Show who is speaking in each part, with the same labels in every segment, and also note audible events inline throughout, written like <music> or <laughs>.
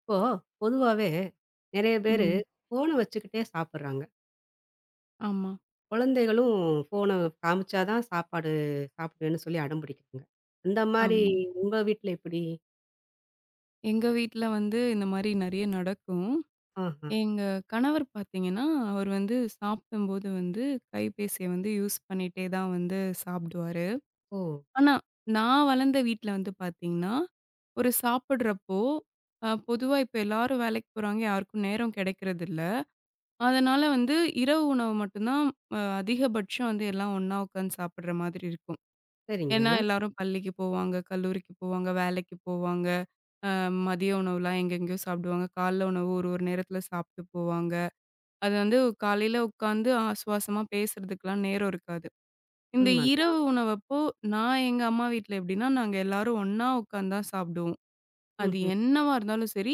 Speaker 1: இப்போ பொதுவாவே நெறைய பேரு
Speaker 2: ம்.
Speaker 1: ஃபோன வச்சுக்கிட்டே சாப்பிடுறாங்க.
Speaker 2: ஆமா,
Speaker 1: குழந்தைகளும் ஃபோன காமிச்சா தான் சாப்பாடு சாப்பிடுவேன்னு சொல்லி அடம் பிடிக்கிறாங்க. அந்த மாரி
Speaker 2: ஆமா.
Speaker 1: உங்க வீட்ல எப்படி?
Speaker 2: எங்க வீட்ல வந்து இந்த மாரி நெறைய நடக்கும்.
Speaker 1: ஆஹா.
Speaker 2: எங்க கணவர் பார்த்தீங்கன்னா, அவர் வந்து சாப்பிடும்போது வந்து கைபேசிய வந்து யூஸ் பண்ணிட்டே தான் வந்து சாப்பிடுவாரு.
Speaker 1: ஓ!
Speaker 2: ஆனா, நான் வளர்ந்த வீட்ல வந்து பார்த்தீங்கன்னா, ஒரு சாப்பிடுறப்போ பொதுவா இப்ப எல்லாரும் வேலைக்கு போறாங்க. யாருக்கும் நேரம் கிடைக்கிறதில்ல. அதனால வந்து இரவு உணவு மட்டும் தான் அதிகபட்சம் வந்து எல்லாம் ஒண்ணா உட்காந்து சாப்பிடுற மாதிரி இருக்கும்.
Speaker 1: சரிங்க.
Speaker 2: ஏன்னா எல்லாரும் பள்ளிக்கு போவாங்க, கல்லூரிக்கு போவாங்க, வேலைக்கு போவாங்க. அ மதிய உணவுலாம் எங்கெங்கேயோ சாப்பிடுவாங்க. காலைல உணவு ஒரு ஒரு நேரத்தில சாப்பிட்டு போவாங்க. அது வந்து காலையில உட்காந்து ஆசுவாசமா பேசுறதுக்குலாம் நேரம் இருக்காது. இந்த இரவு
Speaker 1: உண்மதான்.
Speaker 2: உணவப்போ நான் எங்க அம்மா வீட்ல எப்படின்னா, நாங்க எல்லாரும் ஒண்ணா உட்காந்து தான் சாப்பிடுவோம். அது
Speaker 1: ம்ஹ்ம்.
Speaker 2: என்னவா இருந்தாலும் சரி,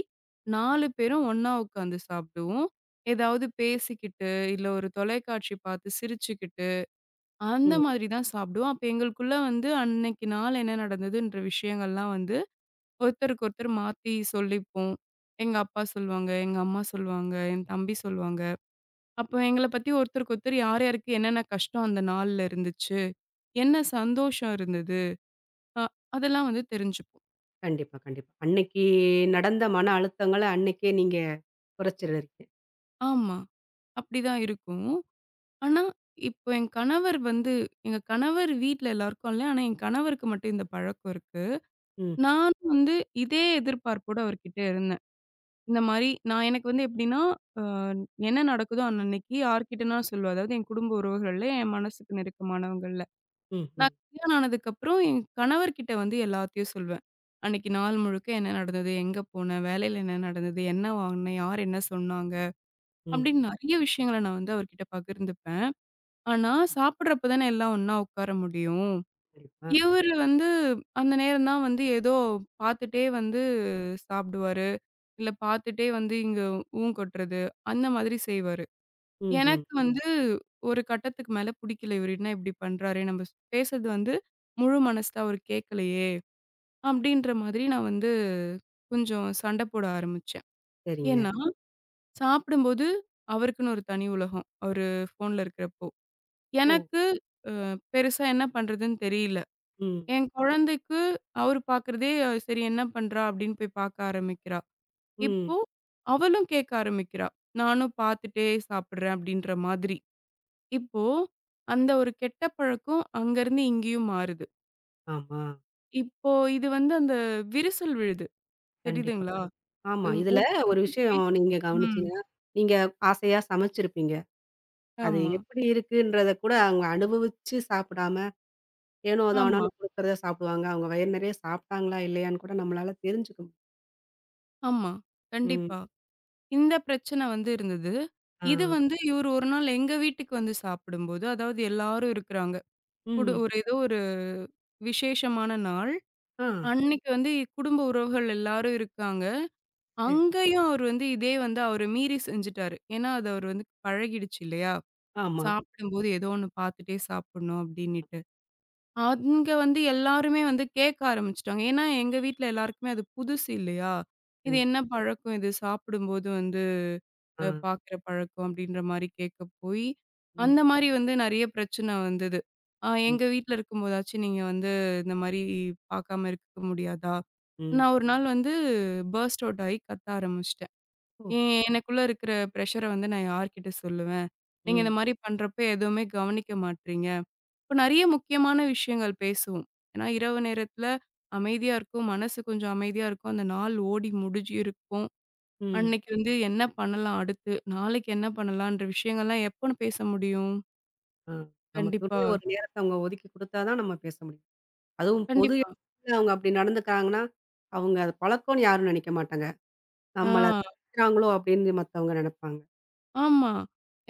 Speaker 2: 4 பேரும் ஒண்ணா உட்காந்து சாப்பிடுவோம். ஏதாவது பேசிக்கிட்டு, இல்ல ஒரு தொலைக்காட்சி பார்த்து சிரிச்சுக்கிட்டு, அந்த
Speaker 1: ம். ம்.
Speaker 2: மாதிரி தான் சாப்பிடுவோம். அப்ப எங்களுக்குள்ள வந்து அன்னைக்கு நாள் என்ன நடந்ததுன்ற விஷயங்கள்லாம் வந்து ஒருத்தருக்கு ஒருத்தர் மாத்தி சொல்லிப்போம். எங்க அப்பா சொல்லுவாங்க, எங்க அம்மா சொல்லுவாங்க, என் தம்பி சொல்லுவாங்க. அப்போ எங்கள பத்தி ஒருத்தருக்கு ஒருத்தர் யார் யாருக்கு என்னென்ன கஷ்டம் அந்த நாள்ல இருந்துச்சு, என்ன சந்தோஷம் இருந்தது, அ அதெல்லாம் வந்து தெரிஞ்சுப்போம்.
Speaker 1: கண்டிப்பா, கண்டிப்பா. அன்னைக்கு நடந்த மன அழுத்தங்கள அன்னைக்கே நீங்க குறைச்சிருவீங்க.
Speaker 2: ஆமா. அப்படிதான் இருக்கும். ஆனா, இப்போ என் கணவர் வந்து எங்க கணவர் வீட்ல எல்லாருக்கும் இல்ல. ஆனா, என் கணவருக்கு மட்டும் இந்த பழக்கம் இருக்கு.
Speaker 1: ம்.
Speaker 2: நானும் வந்து இதே எதிர்பார்ப்போட அவர்கிட்ட இருந்தேன். இந்த மாரி நான் எனக்கு வந்து எப்படின்னா, அ என்ன நடக்குதோ அன்னன்னைக்கு யார்கிட்டனா சொல்லுவேன். அதாவது என் குடும்ப உறவுகள்ல, என் மனசுக்கு நெருக்கமானவங்கள்ல.
Speaker 1: ம்ஹ்ம்.
Speaker 2: நான் கல்யாணம் ஆனதுக்கப்புறம் என் கணவர்கிட்ட வந்து எல்லாத்தையும் சொல்லுவேன். அன்னைக்கு நாள் முழுக்க என்ன நடந்தது? எங்க போனேன்? வேலையில என்ன நடந்தது? என்ன வாங்குனேன்? யார் என்ன சொன்னாங்க?
Speaker 1: ம். ம்.
Speaker 2: அப்படின்னு நெறைய விஷயங்கள நான் வந்து அவர்கிட்ட பகிர்ந்துப்பேன். ஆனா, சாப்பிடுறப்ப தானே எல்லாம் ஒண்ணா உட்கார முடியும்.
Speaker 1: கண்டிப்பா.
Speaker 2: இவரு வந்து அந்த நேரம் தான் வந்து ஏதோ பார்த்துட்டே வந்து சாப்பிடுவாரு. இல்ல பார்த்துட்டே வந்து இங்க ஊன் கொட்டுறது, அந்த மாதிரி செய்வாரு.
Speaker 1: ம்ஹ்ம்.
Speaker 2: எனக்கு வந்து ஒரு கட்டத்துக்கு மேல புடிக்கல. இவரு என்ன இப்படி பண்றாரே! நம்ம பேசுறது வந்து முழு மனசா அவரு கேட்கலையே! அப்படின்ற மாதிரி நான் வந்து கொஞ்சம் சண்டை போட ஆரம்பிச்சேன்.
Speaker 1: சரிங்க.
Speaker 2: ஏன்னா, சாப்பிடும்போது அவருக்குன்னு ஒரு தனி உலகம். அவரு ஃபோன்ல இருக்கிறப்போ.
Speaker 1: ஓ!
Speaker 2: எனக்கு அ பெருசா என்ன பண்றதுன்னு தெரியல.
Speaker 1: ம்.
Speaker 2: என் குழந்தைக்கு அவரு பார்க்குறதே, "சரி என்ன பண்றா?" அப்படின்னு போய் பார்க்க ஆரம்பிக்கிறா.
Speaker 1: ம்.
Speaker 2: இப்போ அவளும் கேட்க ஆரம்பிக்கிறா. நானும் பார்த்துட்டே சாப்பிடுறேன் அப்படின்ற மாதிரி. இப்போ அந்த ஒரு கெட்ட பழக்கம் அங்கருந்து இங்கேயும் மாறுது.
Speaker 1: ஆமா.
Speaker 2: இப்போ இது வந்து அந்த விரிசல் விழுது.
Speaker 1: கண்டிப்பா.
Speaker 2: தெரியுதுங்களா?
Speaker 1: ஆமா.
Speaker 2: ஒ
Speaker 1: இதுல
Speaker 2: ஒருத்தருக்கு
Speaker 1: ஒரு
Speaker 2: ஒருத்தர்
Speaker 1: விஷயம்
Speaker 2: பேசி
Speaker 1: நீங்க
Speaker 2: ம்.
Speaker 1: கவனிச்சீங்கன்னா, நீங்க ஆசையா சமைச்சிருப்பீங்க. அது
Speaker 2: ஆமா,
Speaker 1: எப்படி இருக்குன்றத கூட அவங்க அனுபவிச்சு சாப்பிடாம, ஏனோ
Speaker 2: ஆமா,
Speaker 1: தானோன்னு குடுக்கறத சாப்பிடுவாங்க. அவங்க வயிறு நெறைய சாப்பிட்டாங்களா, இல்லையான்னு கூட நம்மளால தெரிஞ்சுக்க முடியும்.
Speaker 2: ஆமா.
Speaker 1: ம்.
Speaker 2: கண்டிப்பா. இந்த பிரச்சனை வந்து இருந்தது.
Speaker 1: ஆ.
Speaker 2: இது வந்து இவரு ஒரு நாள் எங்க வீட்டுக்கு வந்து சாப்பிடும்போது, அதாவது எல்லாரும் இருக்கிறாங்க.
Speaker 1: ம்.
Speaker 2: ஒரு ஏதோ ஒரு விசேஷமான நாள்.
Speaker 1: ஆ.
Speaker 2: அன்னைக்கு வந்து குடும்ப உறவுகள் எல்லாரும் இருக்காங்க.
Speaker 1: சரி.
Speaker 2: அங்கேயும் அவரு வந்து இதே வந்து அவர மீறி செஞ்சுட்டாரு. ஏன்னா, அது அவரு வந்து பழகிடுச்சு இல்லையா?
Speaker 1: ஆமா.
Speaker 2: சாப்பிடும்போது ஏதோ ஒண்ணு பார்த்துட்டே சாப்பிடணும் அப்டின்னுட்டு. அங்க வந்து எல்லாருமே வந்து கேட்க ஆரம்பிச்சுட்டாங்க. ஏன்னா, எங்க வீட்ல எல்லாருக்குமே அது புதுசு இல்லையா? இது
Speaker 1: கண்டிப்பா.
Speaker 2: என்ன பழக்கம் இது? சாப்பிடும்போது வந்து
Speaker 1: ஆ.
Speaker 2: பார்க்குற பழக்கம் அப்டின்ற மாரி கேட்க போய்,
Speaker 1: ம்.
Speaker 2: அந்த மாரி வந்து நெறைய பிரச்சனை வந்தது.
Speaker 1: ம்.
Speaker 2: எங்க வீட்ல இருக்கும்போதாச்சும் நீங்க வந்து இந்த மாரி பார்க்காம இருக்க முடியாதா?
Speaker 1: ம்.
Speaker 2: நான் ஒரு நாள் வந்து பர்ஸ்ட் அவுட் ஆயி கத்த ஆரம்பிச்சுட்டேன்.
Speaker 1: ஓ!
Speaker 2: எ எனக்குள்ள இருக்கிற ப்ரஷர வந்து நான் யார்கிட்ட சொல்லுவேன்? நீங்க இந்த
Speaker 1: ம்.
Speaker 2: மாரி பண்றப்ப எதுவுமே கவனிக்க மாட்றீங்க. இப்ப நெறைய முக்கியமான விஷயங்கள் பேசுவோம். ஏன்னா, இரவு நேரத்துல அமைதியா இருக்கும். மனசு கொஞ்சம் அமைதியா இருக்கும். அந்த நாள் ஓடி முடிஞ்சு இருக்கும்.
Speaker 1: ம்.
Speaker 2: அன்னைக்கு வந்து என்ன பண்ணலாம் அடுத்து? நாளைக்கு என்ன பண்ணலான்ற விஷயங்கள்லாம் எப்ப பேச முடியும்?
Speaker 1: ஆ.
Speaker 2: கண்டிப்பா,
Speaker 1: நமக்குரிய ஒரு நேரத்த அவங்க ஒதுக்கி குடுத்தா தான் நம்ம பேச முடியும். அதுவும் பொது
Speaker 2: கண்டிப்பா.
Speaker 1: இடத்துல அவங்க அப்படி நடந்துக்கிறாங்கன்னா, அவங்க அது பழக்கம்ன்னு யாரும் நெனைக்க மாட்டாங்க. நம்மள
Speaker 2: ஆ,
Speaker 1: திட்டுறாங்களோ அப்படின்னு மத்தவங்க நெனப்பாங்க.
Speaker 2: ஆமா.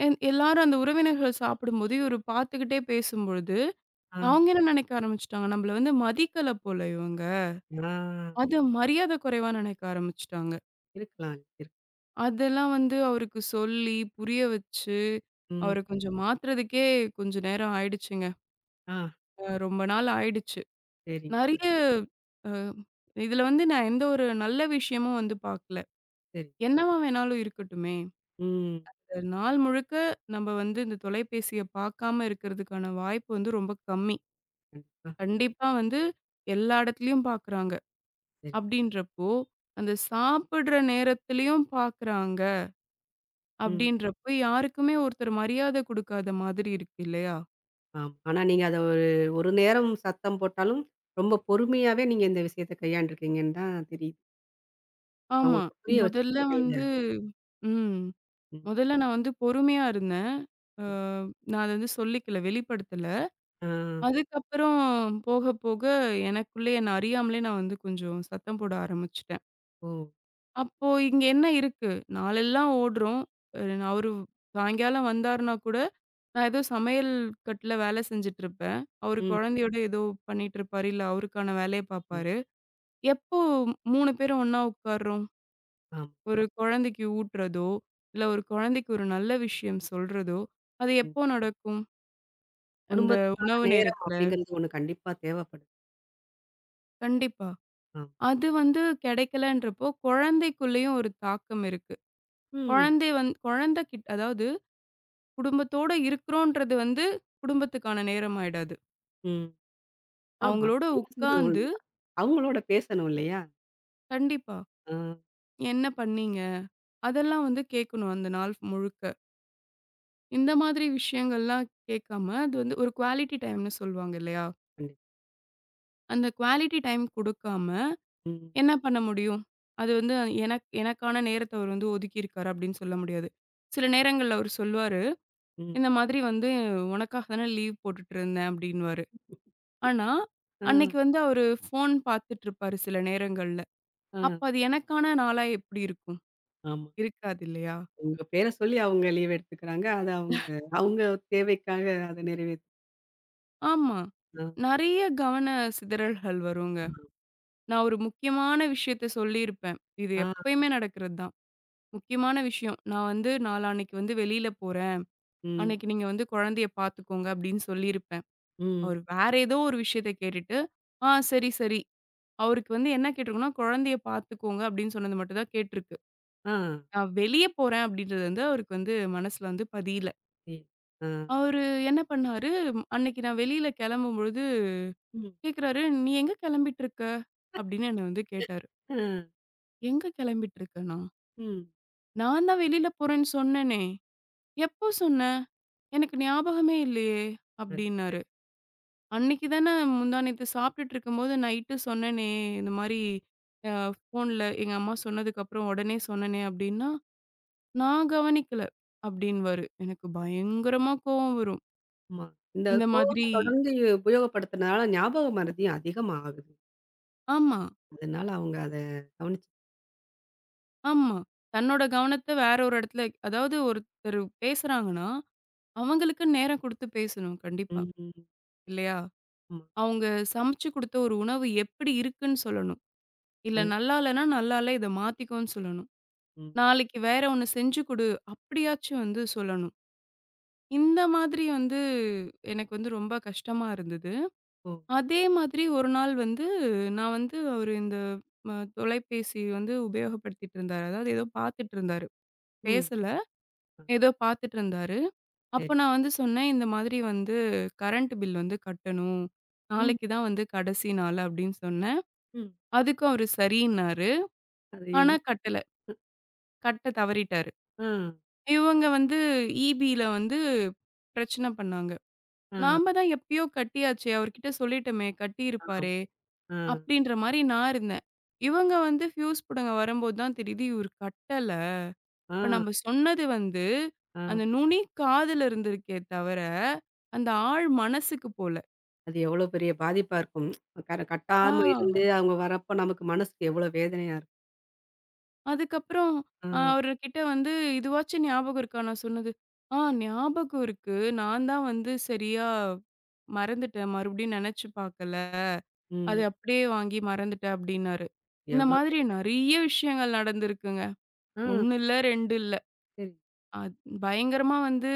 Speaker 2: என் எல்லாரும் அந்த உறவினர்கள் சாப்பிடும்போது, இவரு பார்த்துக்கிட்டே பேசும்பொழுது,
Speaker 1: ஆ,
Speaker 2: அவங்க என்ன நெனைக்க ஆரம்பிச்சுட்டாங்க? நம்மள வந்து மதிக்கல போல இவங்க.
Speaker 1: ஆ.
Speaker 2: அது மரியாதை குறைவா நினைக்க ஆரம்பிச்சுட்டாங்க.
Speaker 1: இருக்கலாம். இருக்கு.
Speaker 2: அதெல்லாம் வந்து அவருக்கு சொல்லி, புரிய வச்சு, அவர
Speaker 1: ம்.
Speaker 2: கொஞ்சம் மாத்துறதுக்கே கொஞ்ச நேரம் ஆயிடுச்சுங்க.
Speaker 1: ஆ.
Speaker 2: ரொம்ப நாள் ஆயிடுச்சு.
Speaker 1: சரிங்க, சரி,
Speaker 2: நெறைய அ இதுல வந்து நான் எந்த ஒரு நல்ல விஷயமும் வந்து பார்க்கல.
Speaker 1: சரி.
Speaker 2: என்னவா வேணாலும் இருக்கட்டுமே.
Speaker 1: ம்.
Speaker 2: இந்த நாள் முழுக்க நம்ம வந்து இந்த தொலைபேசிய பார்க்காம இருக்கிறதுக்கான வாய்ப்பு வந்து ரொம்ப கம்மி.
Speaker 1: கண்டிப்பா.
Speaker 2: கண்டிப்பா வந்து எல்லா இடத்துலயும் பார்க்குறாங்க.
Speaker 1: சரி.
Speaker 2: அப்படின்றப்போ, அந்த சாப்பிடுற நேரத்திலயும் பார்க்குறாங்க.
Speaker 1: ம்.
Speaker 2: அப்படின்றப்ப யாருக்குமே ஒருத்தர் மரியாதை குடுக்காத மாதிரி இருக்கு இல்லையா?
Speaker 1: ஆமா. ஆனா நீங்க அத ஒரு ஒரு நேரம் சத்தம் போட்டாலும், ரொம்ப பொறுமையாவே நீங்க இந்த விஷயத்த கையாண்டுருக்கீங்கன்னு தான் தெரியுது.
Speaker 2: ஆமா.
Speaker 1: அவங்களுக்கு புரிய
Speaker 2: முதல்ல
Speaker 1: வச்சிருக்கீங்க இல்லையா?
Speaker 2: வந்து
Speaker 1: இல்லையா?
Speaker 2: ம்.
Speaker 1: ம்,
Speaker 2: முதல்ல நான் வந்து பொறுமையா இருந்தேன். அ
Speaker 1: ம்.
Speaker 2: நான் அத வந்து சொல்லிக்கல, வெளிப்படுத்தல.
Speaker 1: ஆ.
Speaker 2: அதுக்கப்புறம் போக போக எனக்குள்ளே என்ன அறியாமலே நான் வந்து கொஞ்சம் சத்தம் போட ஆரம்பிச்சுட்டேன்.
Speaker 1: ஓ!
Speaker 2: அப்போ இங்க என்ன இருக்கு? நாளெல்லாம் ஓடுறோம். அ அவரு சாயங்காலம் வந்தாருன்னா கூட, நான் ஏதோ சமையல் கட்டுல வேலை செஞ்சுட்டு இருப்பேன். அவரு
Speaker 1: ம்,
Speaker 2: குழந்தையோட ஏதோ பண்ணிட்டு இருப்பாரு, இல்ல அவருக்கான வேலைய
Speaker 1: ம்.
Speaker 2: பார்ப்பாரு. எப்போ 3 பேரும் ஒண்ணா உட்காருறோம்?
Speaker 1: ஆமா.
Speaker 2: ஒரு குழந்தைக்கு ஊட்டுறதோ, இல்ல ஒரு குழந்தைக்கு ஒரு நல்ல விஷயம் சொல்றதோ, அது
Speaker 1: ம்.
Speaker 2: எப்போ நடக்கும்? அந்த
Speaker 1: குடும்பத்துக்கான
Speaker 2: உணவு
Speaker 1: நேரம்
Speaker 2: நேரத்துல.
Speaker 1: அப்படிங்கிறது ஒண்ணு கண்டிப்பா தேவைப்படுது.
Speaker 2: கண்டிப்பா.
Speaker 1: ஆமா.
Speaker 2: அது வந்து கிடைக்கலன்றப்போ, குழந்தைக்குள்ளேயும் ஒரு தாக்கம் இருக்கு.
Speaker 1: ம்,
Speaker 2: குழந்தை குழந்தை கிட்ட அதாவது குடும்பத்தோட இருக்கிறோன்றது வந்து குடும்பத்துக்கான நேரம் ஆயிடாது.
Speaker 1: ம். ஆமா.
Speaker 2: அவங்களோட
Speaker 1: நீங்க சொல்றது
Speaker 2: உட்கார்ந்து
Speaker 1: உண்மைதான். அவங்களோட பேசணும் இல்லையா?
Speaker 2: கண்டிப்பா.
Speaker 1: ஆ.
Speaker 2: என்ன பண்ணீங்க? அதெல்லாம் வந்து கேட்கணும் அந்த நாள் முழுக்க. இந்த மாதிரி விஷயங்கள்லாம் கேட்காம, அது வந்து ஒரு குவாலிட்டி டைம்ன்னு சொல்லுவாங்க இல்லையா?
Speaker 1: கண்டிப்
Speaker 2: அந்த குவாலிட்டி டைம் குடுக்காம
Speaker 1: ம்,
Speaker 2: என்ன பண்ண முடியும்? அது வந்து எனக்கான நேரத்த அவர் வந்து ஒதுக்கியிருக்காரு அப்படின்னு சொல்ல முடியாது. சில நேரங்கள்ல அவரு சொல்லுவாரு,
Speaker 1: ம்.
Speaker 2: "இந்த மாதிரி வந்து உனக்காக தானே லீவ் போட்டுட்டு இருந்தேன்" அப்படின்னுவாரு. ஆனா,
Speaker 1: ஆ,
Speaker 2: அன்னைக்கு வந்து அவரு ஃபோன் பார்த்துட்டு இருப்பாரு சில நேரங்கள்ல.
Speaker 1: ஆ.
Speaker 2: அப்ப அது எனக்கான நாளா எப்படி இருக்கும்?
Speaker 1: ஆமா.
Speaker 2: இருக்காது இல்லையா?
Speaker 1: உங்க பேர சொல்லி அவங்க லீவ் எடுத்துக்கிறாங்க. அத அவங்க அவங்க தேவைக்காக அத
Speaker 2: ஆமா.
Speaker 1: ஆ,
Speaker 2: நெறைய கவன சிதறல்கள் வருங்க. நான் ஒரு முக்கியமான விஷயத்த சொல்லியிருப்பேன். இது
Speaker 1: ஆ,
Speaker 2: எப்பயுமே நடக்கிறது தான். முக்கியமான விஷயம். நான் வந்து நாளான்னைக்கு வந்து வெளியில போறேன்.
Speaker 1: ம்,
Speaker 2: அன்னைக்கு நீங்க வந்து குழந்தைய பார்த்துக்கோங்க அப்படின்னு சொல்லியிருப்பேன்.
Speaker 1: ம்.
Speaker 2: அவர் வேற ஏதோ ஒரு விஷயத்த கேட்டுட்டு, ஆ சரி, சரி. அவருக்கு வந்து என்ன கேட்டிருக்கும்னா, குழந்தைய பார்த்துக்கோங்க அப்படின்னு சொன்னது மட்டும் தான் கேட்டிருக்கு.
Speaker 1: ஆ,
Speaker 2: நான் வெளிய போறேன் அப்படின்றது வந்து அவருக்கு வந்து மனசுல வந்து பதியல.
Speaker 1: இ ஆ,
Speaker 2: அவரு என்ன பண்ணாரு, அன்னைக்கு நான் வெளியில கிளம்பும்பொழுது
Speaker 1: ம்,
Speaker 2: கேட்கிறாரு, "நீ எங்க கிளம்பிட்டு இருக்க?" அப்படின்னு என்ன வந்து கேட்டாரு.
Speaker 1: ஆ,
Speaker 2: எங்க கிளம்பிட்டு இருக்கேனா?
Speaker 1: ம்.
Speaker 2: நான் தான் வெளியில போறேன்னு சொன்னேனே! எப்போ சொன்ன? எனக்கு ஞாபகமே இல்லையே!
Speaker 1: அது-
Speaker 2: அப்டின்னாரு. அன்னைக்கு தானே முந்தா நேத்து சாப்பிட்டுட்டுருக்கும்போது நைட்டு சொன்னேனே! இந்த மாரி அ ஃபோன்ல எங்க அம்மா சொன்னதுக்கப்புறம் உடனே சொன்னேனே அப்டின்னா, "நான் கவனிக்கல" அப்டின்னுவாரு. எனக்கு பயங்கரமா கோவம் வரும்.
Speaker 1: ஆமா. இந்த
Speaker 2: இந்த மாதிரி
Speaker 1: ஃபோன தொடர்ந்து உபயோகப்படுத்துனனால ஞாபக மறதியும் அதிகமா ஆகுது.
Speaker 2: ஆமா,
Speaker 1: அதனால அவங்க அத கவனிச்சு
Speaker 2: ஆமா. தன்னோட கவனத்த வேற ஒரு இடத்துல அதாவது ஒருத்தர் பேசுறாங்கன்னா, அவங்களுக்கு நேரம் குடுத்து பேசணும் கண்டிப்பா.
Speaker 1: ம், ம்.
Speaker 2: இல்லையா?
Speaker 1: ஆமா.
Speaker 2: அவங்க சமைச்சு குடுத்த ஒரு உணவு எப்படி இருக்குன்னு சொல்லணும். இல்ல
Speaker 1: கண்டிப்
Speaker 2: நல்லா இல்லன்னா, நல்லா இல்ல இத மாத்திக்கோன்னு சொல்லணும்.
Speaker 1: ம்.
Speaker 2: நாளைக்கு வேற ஒண்ணு செஞ்சு குடு, அப்படியாச்சும் வந்து சொல்லணும். இந்த மாதிரி வந்து எனக்கு வந்து ரொம்ப கஷ்டமா இருந்தது.
Speaker 1: ஓ!
Speaker 2: அதே மாதிரி ஒரு நாள் வந்து நான் வந்து அவரு இந்த ம தொலைபேசி வந்து உபயோகப்படுத்திட்டு இருந்தாரு. அதாவது ஏதோ பார்த்துட்டு இருந்தாரு.
Speaker 1: ம்.
Speaker 2: பேசல.
Speaker 1: ஆ,
Speaker 2: ஏதோ பார்த்துட்டு இருந்தாரு.
Speaker 1: சரி.
Speaker 2: அப்ப நான் வந்து சொன்னேன், "இந்த மாதிரி வந்து கரண்ட் பில் வந்து கட்டணும்.
Speaker 1: ம்,
Speaker 2: நாளைக்கு தான் வந்து கடைசி நாள்" அப்படின்னு சொன்னேன்.
Speaker 1: ம்.
Speaker 2: அதுக்கும் அவரு சரின்னாரு.
Speaker 1: அதையும்
Speaker 2: ஆனா கட்டல.
Speaker 1: அ,
Speaker 2: கட்ட தவறிட்டாரு.
Speaker 1: ஆ,
Speaker 2: இவங்க வந்து இபில வந்து பிரச்சனை பண்ணாங்க.
Speaker 1: ஆ,
Speaker 2: நாம தான் எப்பயோ கட்டியாச்சே! அவர்கிட்ட சொல்லிட்டோமே!
Speaker 1: ஆமா.
Speaker 2: கட்டியிருப்பாரே!
Speaker 1: ஆ,
Speaker 2: அப்பிடின்ற மாரி நான் இருந்தேன். இவங்க வந்து ஃபியூஸ் புடுங்க வரும்போது தான் தெரியுது, இவரு கட்டல.
Speaker 1: ஆ,
Speaker 2: இப்ப நம்ம சொன்னது வந்து
Speaker 1: ஆ.
Speaker 2: அந்த நுனி காதுல இருந்திருக்கே தவிர, அந்த ஆள் மனசுக்கு போல.
Speaker 1: அது எவ்வளோ பெரிய பாதிப்பா இருக்கும்.
Speaker 2: ஆ.
Speaker 1: கட்டாம இருந்து அவங்க வரப்ப நமக்கு மனசுக்கு எவ்வளோ வேதனையா இருக்கும்.
Speaker 2: அதுக்கப்புறம்
Speaker 1: ஆ,
Speaker 2: அவர்கிட்ட வந்து, "இதுவாச்சும் ஞாபகம் இருக்கா?" நான் சொன்னது. "ஆ ஞாபகம் இருக்கு. நான் தான் வந்து சரியா மறந்துட்டேன். மறுபடியும் நெனச்சு பாக்கல. அது
Speaker 1: ம்.
Speaker 2: அப்படியே வாங்கி மறந்துட்டேன்" அப்படின்னாரு. இந்த
Speaker 1: எவ்வளோ
Speaker 2: மாதிரி
Speaker 1: பெரிய வேதனை.
Speaker 2: நெறைய விஷயங்கள் நடந்திருக்குங்க.
Speaker 1: ஆ,
Speaker 2: 1 இல்ல, 2 இல்ல.
Speaker 1: சரி.
Speaker 2: அத் பயங்கரமா வந்து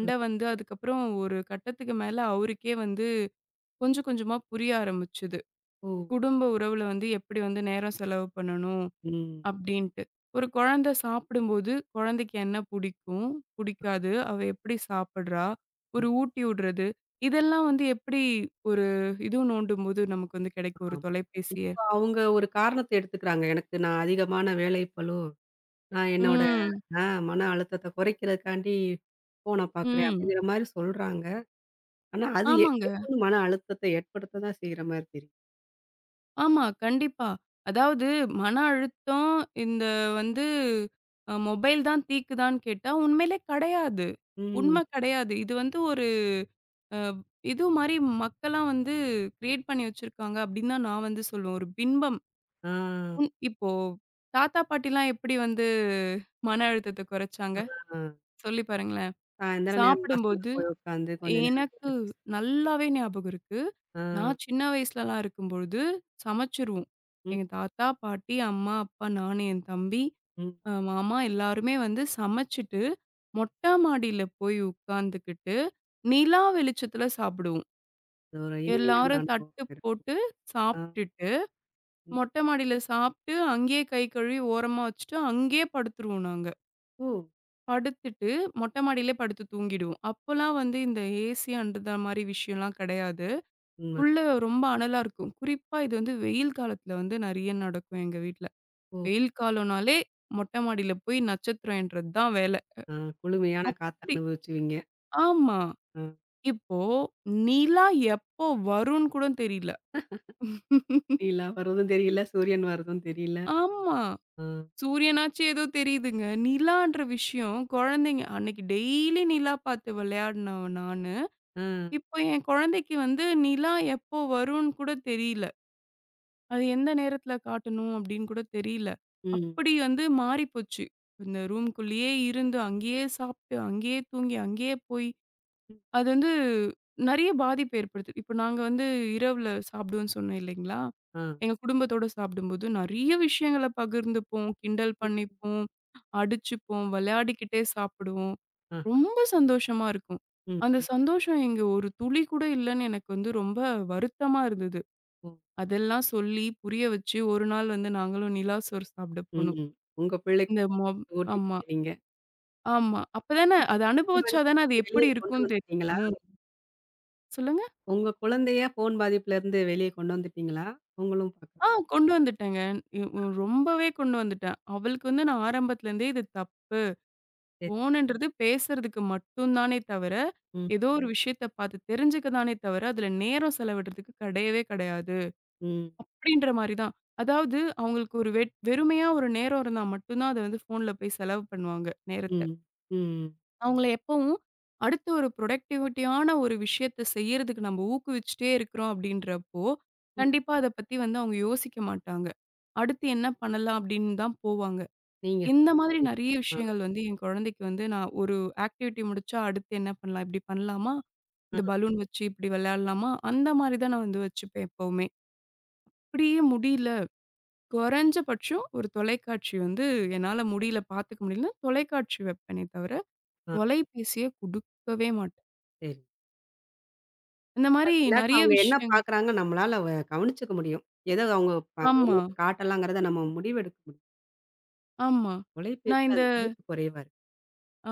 Speaker 1: ம்.
Speaker 2: வந்து அதுக்கப்புறம் ஒரு கட்டத்துக்கு மேல அவருக்கே வந்து கொஞ்சம் கொஞ்சமா புரிய ஆரம்பிச்சது.
Speaker 1: ஓ!
Speaker 2: குடும்ப உறவுல வந்து எப்படி வந்து நேரம் செலவு பண்ணணும்?
Speaker 1: ம்.
Speaker 2: அப்படின்ட்டு. ஒரு குழந்தை சாப்பிடும்போது, குழந்தைக்கு என்ன புடிக்கும்? புடிக்காது. அவ எப்படி சாப்பிடுறா? ஒரு ஊட்டி விடுறது. இதெல்லாம் வந்து எப்படி ஒரு இது நோண்டும்போது நமக்கு வந்து கிடைக்கும் ஒரு
Speaker 1: ஆமா.
Speaker 2: தொலைபேசிய.
Speaker 1: இப்போ அவங்க ஒரு காரணத்த எடுத்துக்கிறாங்க. எனக்கு நான் அதிகமான வேலைப்பளு. நான் என்னோட
Speaker 2: ம்.
Speaker 1: ஆ மன அழுத்தத்த குறைக்கிறதுக்காண்டி ஃபோன பார்க்குறேன்
Speaker 2: ம்.
Speaker 1: அப்படிங்கிற மாரி சொல்றாங்க. ஆனா அது
Speaker 2: ஆமாங்க.
Speaker 1: மேற்கொண்டு மன அழுத்தத்த ஏற்படுத்த தான் செய்ற மாரி தெரியுது.
Speaker 2: ஆமா. கண்டிப்பா. அதாவது மன அழுத்தம் இந்த வந்து மொபைல் தான் தீக்குதான்னு கேட்டா, உண்மையிலே கிடையாது.
Speaker 1: ம்.
Speaker 2: உண்மை கிடையாது. இது வந்து ஒரு அ இது மாரி மக்களா வந்து கிரியேட் பண்ணி வச்சிருக்காங்க அப்படின்னு தான் நான் வந்து சொல்லுவேன். ஒரு பின்பம்.
Speaker 1: ஆ,
Speaker 2: உன் இப்போ தாத்தா, பாட்டிலாம் எப்படி வந்து மன அழுத்தத்த குறைச்சாங்க?
Speaker 1: ஆ.
Speaker 2: சொல்லி பாருங்களேன்.
Speaker 1: சாயந்தரம் நேரம் வாசல்ல
Speaker 2: சாப்பிடும்போது
Speaker 1: போய் உட்காந்து கொஞ்ச நேரம் கிட்ட
Speaker 2: எனக்கு
Speaker 1: பேச
Speaker 2: நல்லாவே ஞாபகம் இருக்கு.
Speaker 1: ஆ.
Speaker 2: நான் சின்ன வயசுலலாம் இருக்கும்பொழுது சமைச்சுருவோம்.
Speaker 1: ம்,
Speaker 2: எங்க தாத்தா, பாட்டி, அம்மா, அப்பா, நானு, என் தம்பி,
Speaker 1: ம்.
Speaker 2: மாமா எல்லாருமே வந்து சமைச்சுட்டு, மொட்ட மாடியில போய் உட்காந்துக்கிட்டு, நிலா வெளிச்சத்துல சாப்பிடுவோம்.
Speaker 1: அது ஒரு இனிமையான
Speaker 2: எல்லாரும்
Speaker 1: அனுபவம்
Speaker 2: தட்டு
Speaker 1: இருக்கும்.
Speaker 2: போட்டு
Speaker 1: ஆ.
Speaker 2: சாப்ட்டுட்டு
Speaker 1: ம்.
Speaker 2: மொட்டை மாடியில சாப்பிட்டு, அங்கேயே கை கழுவி ஓரமா வச்சுட்டு, அங்கேயே படுத்துருவோம் நாங்க.
Speaker 1: ஓ!
Speaker 2: படுத்துட்டு மொட்டை மாடியிலே படுத்து தூங்கிடுவோம். அப்பலாம் வந்து இந்த ஏசி அந்த மாரி விஷயம்லாம் கிடையாது.
Speaker 1: உண்ம.
Speaker 2: உள்ள ரொம்ப அனலா இருக்கும். குறிப்பா இது வந்து வெயில் காலத்துல வந்து நெறைய நடக்கும் எங்க வீட்ல.
Speaker 1: ஓ!
Speaker 2: வெயில் காலம்னாலே மொட்டை மாடியில போய் நட்சத்திரம் எண்றது தான் வேல.
Speaker 1: ஆ. குளுமையான காத்த
Speaker 2: அப்படி
Speaker 1: அனுபவிச்சுவீங்க.
Speaker 2: ஆமா.
Speaker 1: ஆ.
Speaker 2: இப்போ நிலா எப்போ வரும்னு கூட தெரியல. <laughs>
Speaker 1: நிலா வர்றதும் தெரியல, சூரியன் வர்றதும் தெரியல.
Speaker 2: ஆமா.
Speaker 1: ஆ.
Speaker 2: சூரியனாச்சு ஏதோ தெரியுதுங்க. நிலான்ற விஷயம் குழந்தைங்க அன்னைக்கு டெய்லி நிலா பார்த்து விளையாடினவ நானு.
Speaker 1: ஆ.
Speaker 2: இப்போ என் குழந்தைக்கு வந்து நிலா எப்போ வரும்னு கூட தெரியல. அது எந்த நேரத்தில காட்டணும் அப்படின்னு கூட தெரியல.
Speaker 1: ம்.
Speaker 2: அப்படி வந்து மாறிப்போச்சு. இந்த ரூம்க்குள்ளேயே இருந்து, அங்கேயே சாப்பிட்டு, அங்கேயே தூங்கி, அங்கேயே போய்
Speaker 1: ம்.
Speaker 2: அது வந்து நெறைய பாதிப்பு ஏற்படுத்து. இப்ப நாங்க வந்து இரவுல சாப்பிடுவோம்ன்னு சொன்னேன் இல்லைங்களா?
Speaker 1: ஆ.
Speaker 2: எங்க குடும்பத்தோட சாப்பிடும்போது நெறைய விஷயங்கள பகிர்ந்துப்போம், கிண்டல்
Speaker 1: ஓ!
Speaker 2: பண்ணிப்போம், அடிச்சுப்போம், விளையாடிக்கிட்டே சாப்பிடுவோம்.
Speaker 1: ஆ.
Speaker 2: ரொம்ப சந்தோஷமா இருக்கும். அந்த
Speaker 1: ம்.
Speaker 2: சந்தோஷம் இங்க ஒரு துளி கூட இல்லன்னு எனக்கு வந்து ரொம்ப வருத்தமா இருந்தது.
Speaker 1: ஓ!
Speaker 2: அதெல்லாம் சொல்லி புரிய வச்சு ஒரு நாள் வந்து நாங்களும் நிலாசோறு சாப்பிட
Speaker 1: ம்.
Speaker 2: போனோம்.
Speaker 1: ம். உங்க பிள்ளைக்கு
Speaker 2: இந்த மொ ஆமா,
Speaker 1: ஊட்டிட்டீங்க நீங்க.
Speaker 2: ஆமா. அப்ப தானே அத
Speaker 1: ஃபோன்
Speaker 2: அனுபவிச்சா தானே அது
Speaker 1: பாதிப்புலருந்து
Speaker 2: எப்படி
Speaker 1: வெளிய கொண்டு
Speaker 2: இருக்கும்னு
Speaker 1: வந்துட்டீங்களா?
Speaker 2: தெரியும். சொல்லுங்க.
Speaker 1: உங்க குழந்தைய ஃபோன் பாதிப்புலருந்து வெளிய கொண்டு வந்துட்டீங்களா? உங்களும் பக்க
Speaker 2: ஆ கொண்டு வந்துட்டேங்க. இ உ ரொம்பவே கொண்டு வந்துட்டேன். அவளுக்கு வந்து நான் ஆரம்பத்துல இருந்தே இது தப்
Speaker 1: சரி.
Speaker 2: ஃபோனுன்றது பேசுறதுக்கு மட்டும் தானே தவிர,
Speaker 1: ம்,
Speaker 2: ஏதோ ஒரு விஷயத்த பார்த்து தெரிஞ்சுக்க தானே தவிர, அதுல நேரம் செலவிடுறதுக்கு கிடையவே கிடையாது.
Speaker 1: ம்,
Speaker 2: அப்படின்ற மாரி தான். அதாவது அவங்களுக்கு ஒரு வெறுமையா ஒரு நேரம் இருந்தா மட்டும் தான் அத வந்து ஃபோன்ல போய் செலவு பண்ணுவாங்க, நேரத்த.
Speaker 1: ம், ம்,
Speaker 2: அவங்கள எப்பவும் அடுத்த ஒரு ப்ரொடக்டிவிட்டியான ஒரு விஷயத்த செய்யறதுக்கு நம்ம ஊக்குவிச்சுட்டே இருக்கிறோம் அப்படின்றப்போ,
Speaker 1: ம்.
Speaker 2: கண்டிப்பா அத பத்தி வந்து அவங்க யோசிக்க மாட்டாங்க. அடுத்து என்ன பண்ணலாம் அப்படின்னு தான் போவாங்க.
Speaker 1: நீங்க
Speaker 2: இந்த மாதிரி
Speaker 1: சொல்லிதான்.
Speaker 2: நெறைய
Speaker 1: ஆ,
Speaker 2: விஷயங்கள் வந்து என் குழந்தைக்கு வந்து நான் ஒரு ஆக்டிவிட்டி முடிச்சா அடுத்து என்ன பண்ணலாம்? இப்படி பண்ணலாமா?
Speaker 1: ஆ,
Speaker 2: இந்த பலூன் வச்சு இப்படி விளையாடலாமா? அந்த மாரி தான் நான் வந்து வச்சுப்பேன் எப்பவுமே. இப்படியே முடியல, குறைஞ்சபட்சம் ஒரு தொலைக்காட்சி வந்து என்னால முடியல, பார்த்துக்க முடியலன்னா தொலைக்காட்சி வைப்பேனே தவிர,
Speaker 1: ஆ.
Speaker 2: தொலைபேசிய குடுக்கவே மாட்டேன்.
Speaker 1: சரி.
Speaker 2: இந்த மாரி
Speaker 1: இல்லாட்டி
Speaker 2: நெறைய
Speaker 1: அவங்க என்ன பார்க்குறாங்க நம்மளால கவனிச்சுக்க முடியும். ஏதோ அவங்க
Speaker 2: ஆமா,
Speaker 1: அவங்களுக்கு காட்டலாங்கிறத நம்ம முடிவெடுக்க முடியும்.
Speaker 2: ஆமா. நான்
Speaker 1: தொலைபேசில
Speaker 2: இந்த
Speaker 1: அது வாய்ப்பு குறைவா இருக்கு.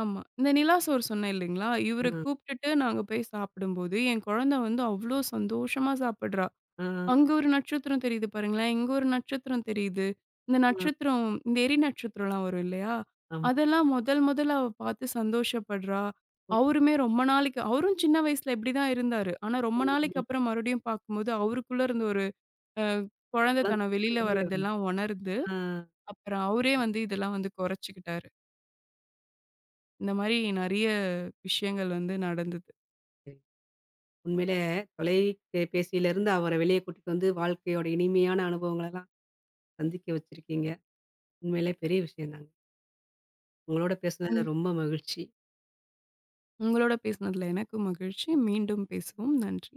Speaker 2: ஆமா. இந்த நிலா சோறு சொன்னேன் இல்லைங்களா?
Speaker 1: ஆ,
Speaker 2: இவர கூப்ட்டுட்டு நாங்க போய் சாப்பிடும்போது, என் குழந்தை வந்து அவ்ளோ சந்தோஷமா சாப்பிடுறா.
Speaker 1: ஆ,
Speaker 2: அங்க ஒரு நட்சத்திரம் தெரியுது பாருங்களேன், இங்க ஒரு நட்சத்திரம் தெரியுது. இந்த
Speaker 1: ஆ.
Speaker 2: நட்சத்திரம் இந்த எரி நட்சத்திரம்லாம் வரும் இல்லையா?
Speaker 1: ஆமா.
Speaker 2: அதெல்லாம் முதல் முதல்ல அவ பார்த்து சந்தோஷப்படுறா. அவருமே ரொம்ப நாளைக்கு அவரும் சின்ன வயசுல இப்படிதான் இருந்தாரு. ஆனா ரொம்ப நாளைக்கு
Speaker 1: ம்.
Speaker 2: அப்புறம் மறுபடியும் பார்க்கும்போது, அவருக்குள்ள இருந்த ஒரு அ
Speaker 1: இப்பலாம்
Speaker 2: குழந்தைத்தனம் வெளியில
Speaker 1: வெளிய வந்து
Speaker 2: வர்றதெல்லாம் உணர்ந்து
Speaker 1: ஆ.
Speaker 2: அப்புறம் அவரே வந்து இதெல்லாம் வந்து குறைச்சுக்கிட்டாரு. இந்த மாரி நெறைய விஷயங்கள் வந்து நடந்தது.
Speaker 1: உண்மையிலே தொலைபேசியிலிருந்து அவர வெளியே கூட்டிட்டு வந்து வாழ்க்கையோட இனிமையான அனுபவங்களெல்லாம் சந்திக்க வச்சிருக்கீங்க. உண்மையிலே பெரிய விஷயம் தாங்க. உங்களோட
Speaker 2: உங்
Speaker 1: பேசுனதுல ரொம்ப மகிழ்ச்சி.
Speaker 2: உங்களோட பேசினதுல எனக்கும் மகிழ்ச்சி. மீண்டும் பேசுவோம். நன்றி.